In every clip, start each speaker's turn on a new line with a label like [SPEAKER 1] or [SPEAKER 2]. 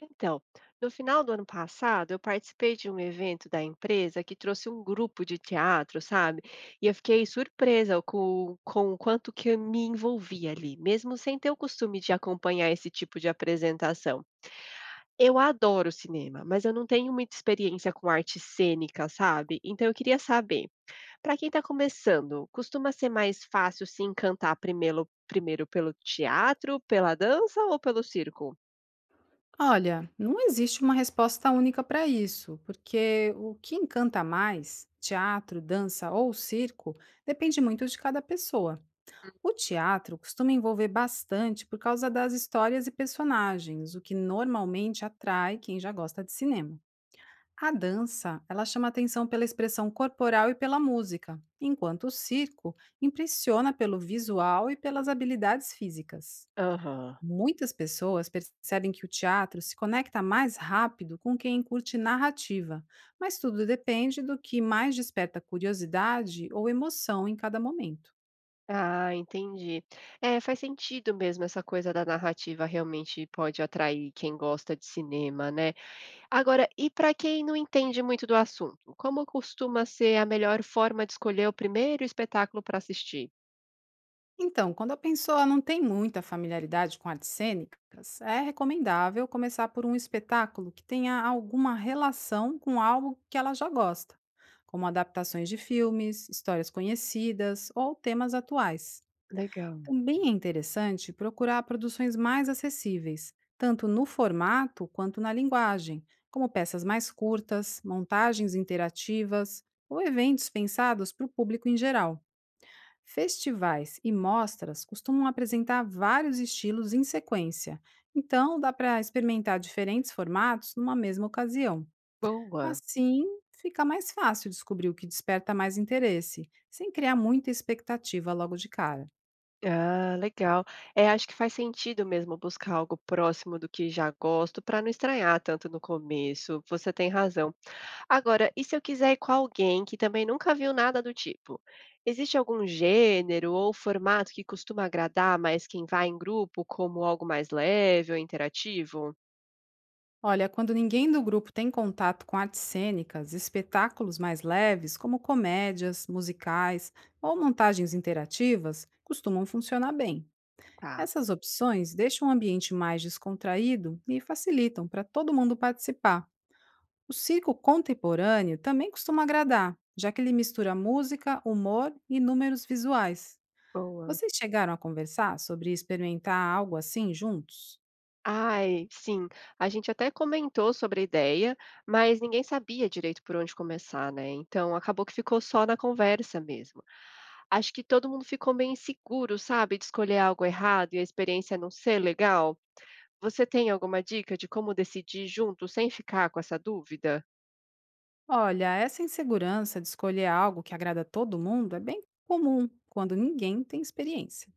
[SPEAKER 1] Então, no final do ano passado, eu participei de um evento da empresa que trouxe um grupo de teatro, sabe? E eu fiquei surpresa com o quanto que eu me envolvi ali, mesmo sem ter o costume de acompanhar esse tipo de apresentação. Eu adoro cinema, mas eu não tenho muita experiência com arte cênica, sabe? Então eu queria saber, para quem está começando, costuma ser mais fácil se encantar primeiro pelo teatro, pela dança ou pelo circo?
[SPEAKER 2] Olha, não existe uma resposta única para isso, porque o que encanta mais, teatro, dança ou circo, depende muito de cada pessoa. O teatro costuma envolver bastante por causa das histórias e personagens, o que normalmente atrai quem já gosta de cinema. A dança, ela chama atenção pela expressão corporal e pela música, enquanto o circo impressiona pelo visual e pelas habilidades físicas.
[SPEAKER 1] Aham.
[SPEAKER 2] Muitas pessoas percebem que o teatro se conecta mais rápido com quem curte narrativa, mas tudo depende do que mais desperta curiosidade ou emoção em cada momento.
[SPEAKER 1] Ah, entendi. É, faz sentido mesmo, essa coisa da narrativa realmente pode atrair quem gosta de cinema, né? Agora, e para quem não entende muito do assunto, como costuma ser a melhor forma de escolher o primeiro espetáculo para assistir?
[SPEAKER 2] Então, quando a pessoa não tem muita familiaridade com artes cênicas, é recomendável começar por um espetáculo que tenha alguma relação com algo que ela já gosta, como adaptações de filmes, histórias conhecidas ou temas atuais.
[SPEAKER 1] Legal.
[SPEAKER 2] Também é interessante procurar produções mais acessíveis, tanto no formato quanto na linguagem, como peças mais curtas, montagens interativas ou eventos pensados para o público em geral. Festivais e mostras costumam apresentar vários estilos em sequência, então dá para experimentar diferentes formatos numa mesma ocasião.
[SPEAKER 1] Boa.
[SPEAKER 2] Assim, fica mais fácil descobrir o que desperta mais interesse, sem criar muita expectativa logo de cara.
[SPEAKER 1] Ah, legal. É, acho que faz sentido mesmo buscar algo próximo do que já gosto para não estranhar tanto no começo. Você tem razão. Agora, e se eu quiser ir com alguém que também nunca viu nada do tipo? Existe algum gênero ou formato que costuma agradar mais quem vai em grupo, como algo mais leve ou interativo?
[SPEAKER 2] Olha, quando ninguém do grupo tem contato com artes cênicas, espetáculos mais leves, como comédias, musicais ou montagens interativas, costumam funcionar bem.
[SPEAKER 1] Tá,
[SPEAKER 2] Essas opções deixam o ambiente mais descontraído e facilitam para todo mundo participar. O circo contemporâneo também costuma agradar, já que ele mistura música, humor e números visuais.
[SPEAKER 1] boa.
[SPEAKER 2] Vocês chegaram a conversar sobre experimentar algo assim juntos?
[SPEAKER 1] Ai, sim. A gente até comentou sobre a ideia, mas ninguém sabia direito por onde começar, né? Então acabou que ficou só na conversa mesmo. Acho que todo mundo ficou meio inseguro, sabe, de escolher algo errado e a experiência não ser legal. Você tem alguma dica de como decidir junto sem ficar com essa dúvida?
[SPEAKER 2] Olha, essa insegurança de escolher algo que agrada a todo mundo é bem comum quando ninguém tem experiência.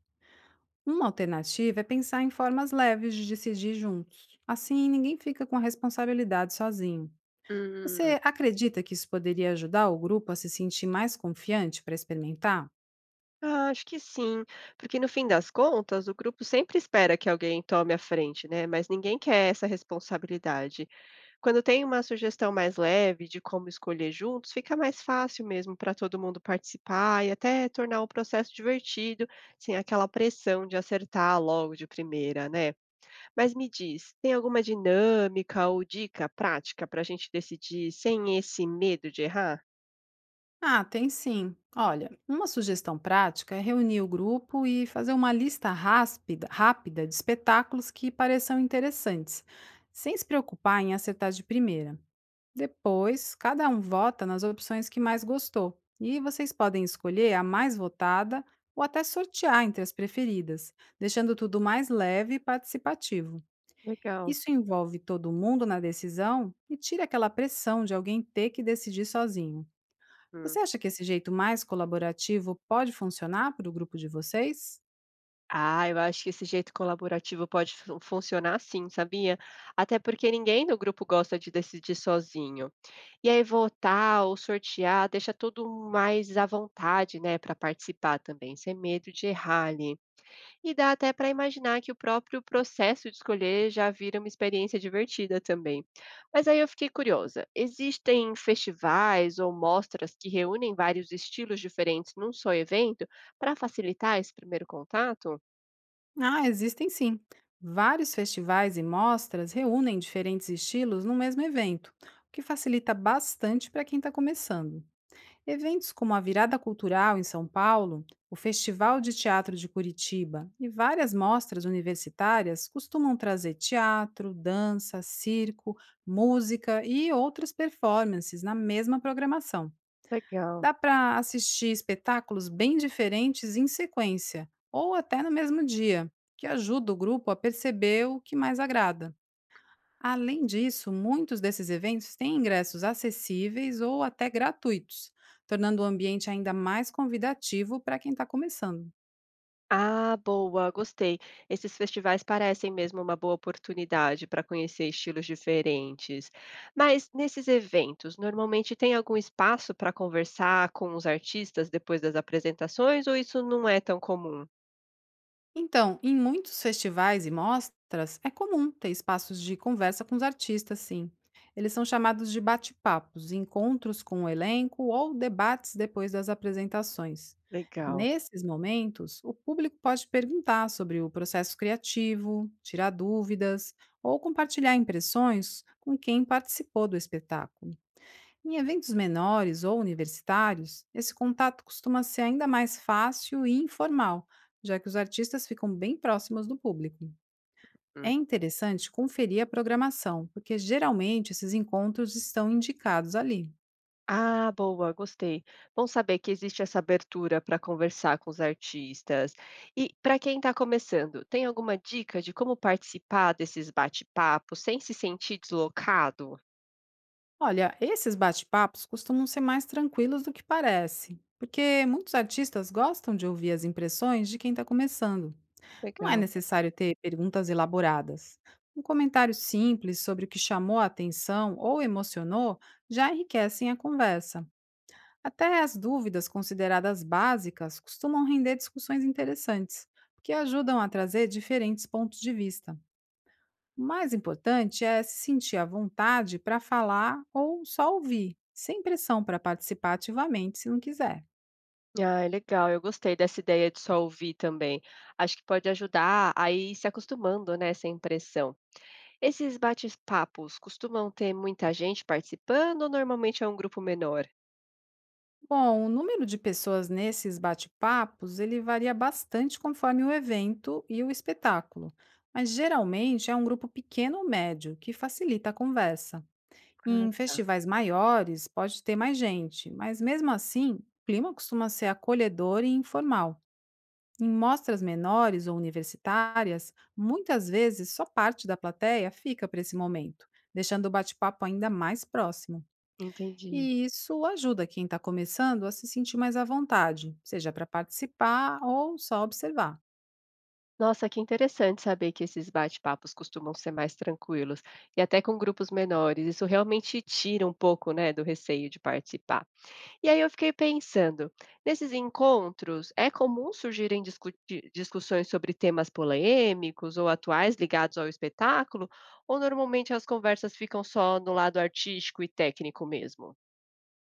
[SPEAKER 2] Uma alternativa é pensar em formas leves de decidir juntos. Assim, ninguém fica com a responsabilidade sozinho.
[SPEAKER 1] Hum,
[SPEAKER 2] Você acredita que isso poderia ajudar o grupo a se sentir mais confiante para experimentar?
[SPEAKER 1] ah, acho que sim, porque no fim das contas, o grupo sempre espera que alguém tome a frente, né? Mas ninguém quer essa responsabilidade. Quando tem uma sugestão mais leve de como escolher juntos, fica mais fácil mesmo para todo mundo participar e até tornar o processo divertido, sem aquela pressão de acertar logo de primeira, né? Mas me diz, tem alguma dinâmica ou dica prática para a gente decidir sem esse medo de errar?
[SPEAKER 2] Ah, tem sim. Olha, uma sugestão prática é reunir o grupo e fazer uma lista rápida de espetáculos que pareçam interessantes, sem se preocupar em acertar de primeira. Depois, cada um vota nas opções que mais gostou, e vocês podem escolher a mais votada ou até sortear entre as preferidas, deixando tudo mais leve e participativo.
[SPEAKER 1] Legal.
[SPEAKER 2] Isso envolve todo mundo na decisão e tira aquela pressão de alguém ter que decidir sozinho. Você
[SPEAKER 1] Hum.
[SPEAKER 2] acha que esse jeito mais colaborativo pode funcionar para o grupo de vocês?
[SPEAKER 1] Ah, eu acho que esse jeito colaborativo pode funcionar sim, sabia? Até porque ninguém no grupo gosta de decidir sozinho. E aí votar ou sortear deixa todo mais à vontade, né, para participar também, sem medo de errar ali. E dá até para imaginar que o próprio processo de escolher já vira uma experiência divertida também. Mas aí eu fiquei curiosa, existem festivais ou mostras que reúnem vários estilos diferentes num só evento para facilitar esse primeiro contato?
[SPEAKER 2] Ah, existem sim. Vários festivais e mostras reúnem diferentes estilos no mesmo evento, o que facilita bastante para quem está começando. Eventos como a Virada Cultural em São Paulo, o Festival de Teatro de Curitiba e várias mostras universitárias costumam trazer teatro, dança, circo, música e outras performances na mesma programação.
[SPEAKER 1] Legal.
[SPEAKER 2] Dá para assistir espetáculos bem diferentes em sequência, ou até no mesmo dia, que ajuda o grupo a perceber o que mais agrada. Além disso, muitos desses eventos têm ingressos acessíveis ou até gratuitos, tornando o ambiente ainda mais convidativo para quem está começando.
[SPEAKER 1] Ah, boa, gostei. Esses festivais parecem mesmo uma boa oportunidade para conhecer estilos diferentes. Mas nesses eventos, normalmente tem algum espaço para conversar com os artistas depois das apresentações ou isso não é tão comum?
[SPEAKER 2] Então, em muitos festivais e mostras, é comum ter espaços de conversa com os artistas, sim. Eles são chamados de bate-papos, encontros com o elenco ou debates depois das apresentações.
[SPEAKER 1] Legal.
[SPEAKER 2] Nesses momentos, o público pode perguntar sobre o processo criativo, tirar dúvidas ou compartilhar impressões com quem participou do espetáculo. Em eventos menores ou universitários, esse contato costuma ser ainda mais fácil e informal, já que os artistas ficam bem próximos do público. É
[SPEAKER 1] Hum.
[SPEAKER 2] interessante conferir a programação, porque geralmente esses encontros estão indicados ali.
[SPEAKER 1] Ah, boa, gostei. Bom saber que existe essa abertura para conversar com os artistas. E para quem está começando, tem alguma dica de como participar desses bate-papos sem se sentir deslocado?
[SPEAKER 2] Olha, esses bate-papos costumam ser mais tranquilos do que parece, porque muitos artistas gostam de ouvir as impressões de quem está começando. Não é
[SPEAKER 1] Legal.
[SPEAKER 2] necessário ter perguntas elaboradas. Um comentário simples sobre o que chamou a atenção ou emocionou já enriquecem a conversa. Até as dúvidas consideradas básicas costumam render discussões interessantes, porque ajudam a trazer diferentes pontos de vista. O mais importante é se sentir à vontade para falar ou só ouvir, sem pressão para participar ativamente se não quiser.
[SPEAKER 1] Ah, é legal, eu gostei dessa ideia de só ouvir também. Acho que pode ajudar a ir se acostumando, né, essa impressão. Esses bate-papos costumam ter muita gente participando ou normalmente é um grupo menor?
[SPEAKER 2] Bom, o número de pessoas nesses bate-papos, ele varia bastante conforme o evento e o espetáculo, mas geralmente é um grupo pequeno ou médio, que facilita a conversa.
[SPEAKER 1] Ah,
[SPEAKER 2] Em
[SPEAKER 1] tá,
[SPEAKER 2] festivais maiores, pode ter mais gente, mas mesmo assim, o clima costuma ser acolhedor e informal. Em mostras menores ou universitárias, muitas vezes só parte da plateia fica para esse momento, deixando o bate-papo ainda mais próximo.
[SPEAKER 1] entendi.
[SPEAKER 2] E isso ajuda quem está começando a se sentir mais à vontade, seja para participar ou só observar.
[SPEAKER 1] Nossa, que interessante saber que esses bate-papos costumam ser mais tranquilos e até com grupos menores. Isso realmente tira um pouco, né, do receio de participar. E aí eu fiquei pensando, nesses encontros, é comum surgirem discussões sobre temas polêmicos ou atuais ligados ao espetáculo, ou normalmente as conversas ficam só no lado artístico e técnico mesmo?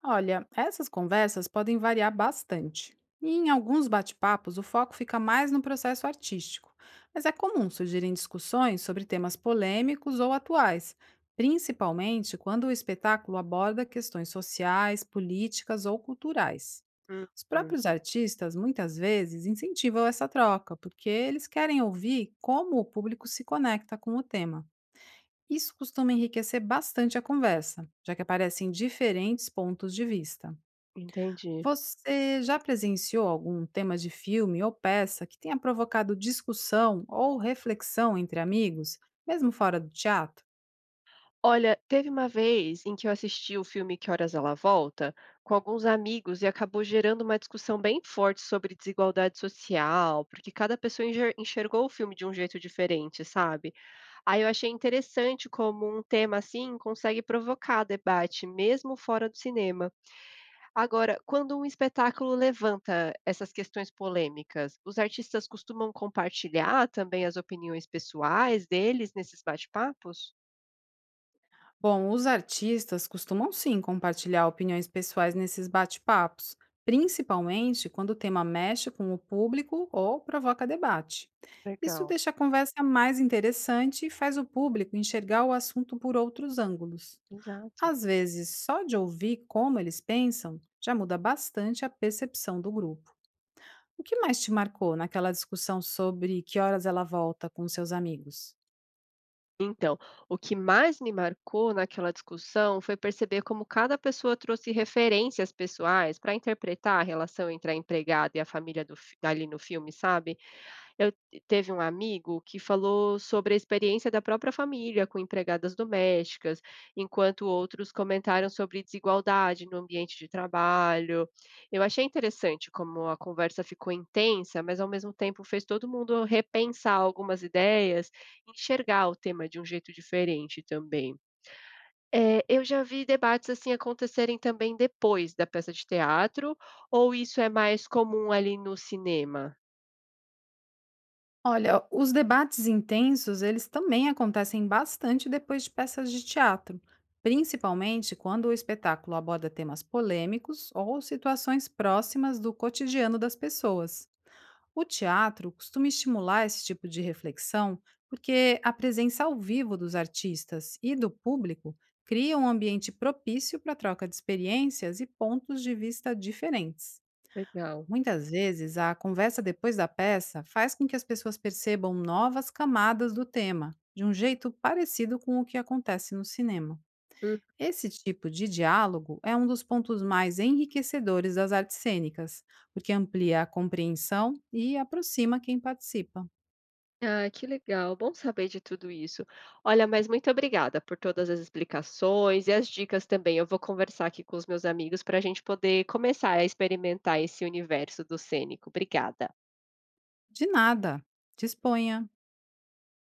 [SPEAKER 2] Olha, essas conversas podem variar bastante. E em alguns bate-papos, o foco fica mais no processo artístico, mas é comum surgirem discussões sobre temas polêmicos ou atuais, principalmente quando o espetáculo aborda questões sociais, políticas ou culturais.
[SPEAKER 1] Hum,
[SPEAKER 2] Os próprios artistas muitas vezes incentivam essa troca, porque eles querem ouvir como o público se conecta com o tema. Isso costuma enriquecer bastante a conversa, já que aparecem diferentes pontos de vista.
[SPEAKER 1] entendi.
[SPEAKER 2] Você já presenciou algum tema de filme ou peça que tenha provocado discussão ou reflexão entre amigos, mesmo fora do teatro?
[SPEAKER 1] Olha, teve uma vez em que eu assisti o filme Que Horas Ela Volta com alguns amigos e acabou gerando uma discussão bem forte sobre desigualdade social, porque cada pessoa enxergou o filme de um jeito diferente, sabe? Aí eu achei interessante como um tema assim consegue provocar debate, mesmo fora do cinema. Agora, quando um espetáculo levanta essas questões polêmicas, os artistas costumam compartilhar também as opiniões pessoais deles nesses bate-papos?
[SPEAKER 2] Bom, os artistas costumam sim compartilhar opiniões pessoais nesses bate-papos, principalmente quando o tema mexe com o público ou provoca debate. Isso
[SPEAKER 1] Legal,
[SPEAKER 2] deixa a conversa mais interessante e faz o público enxergar o assunto por outros ângulos.
[SPEAKER 1] exato.
[SPEAKER 2] Às vezes, só de ouvir como eles pensam já muda bastante a percepção do grupo. O que mais te marcou naquela discussão sobre que horas ela volta com seus amigos?
[SPEAKER 1] Então, o que mais me marcou naquela discussão foi perceber como cada pessoa trouxe referências pessoais para interpretar a relação entre a empregada e a família ali no filme, sabe? Eu teve um amigo que falou sobre a experiência da própria família com empregadas domésticas, enquanto outros comentaram sobre desigualdade no ambiente de trabalho. Eu achei interessante como a conversa ficou intensa, mas ao mesmo tempo fez todo mundo repensar algumas ideias, enxergar o tema de um jeito diferente também. Eu já vi debates assim acontecerem também depois da peça de teatro, ou isso é mais comum ali no cinema?
[SPEAKER 2] Olha, os debates intensos, eles também acontecem bastante depois de peças de teatro, principalmente quando o espetáculo aborda temas polêmicos ou situações próximas do cotidiano das pessoas. O teatro costuma estimular esse tipo de reflexão porque a presença ao vivo dos artistas e do público cria um ambiente propício para a troca de experiências e pontos de vista diferentes.
[SPEAKER 1] Legal.
[SPEAKER 2] Muitas vezes, a conversa depois da peça faz com que as pessoas percebam novas camadas do tema, de um jeito parecido com o que acontece no cinema. Esse tipo de diálogo é um dos pontos mais enriquecedores das artes cênicas, porque amplia a compreensão e aproxima quem participa.
[SPEAKER 1] Ah, que legal, bom saber de tudo isso. Olha, mas muito obrigada por todas as explicações e as dicas também. Eu vou conversar aqui com os meus amigos para a gente poder começar a experimentar esse universo do cênico. Obrigada.
[SPEAKER 2] De nada. Disponha.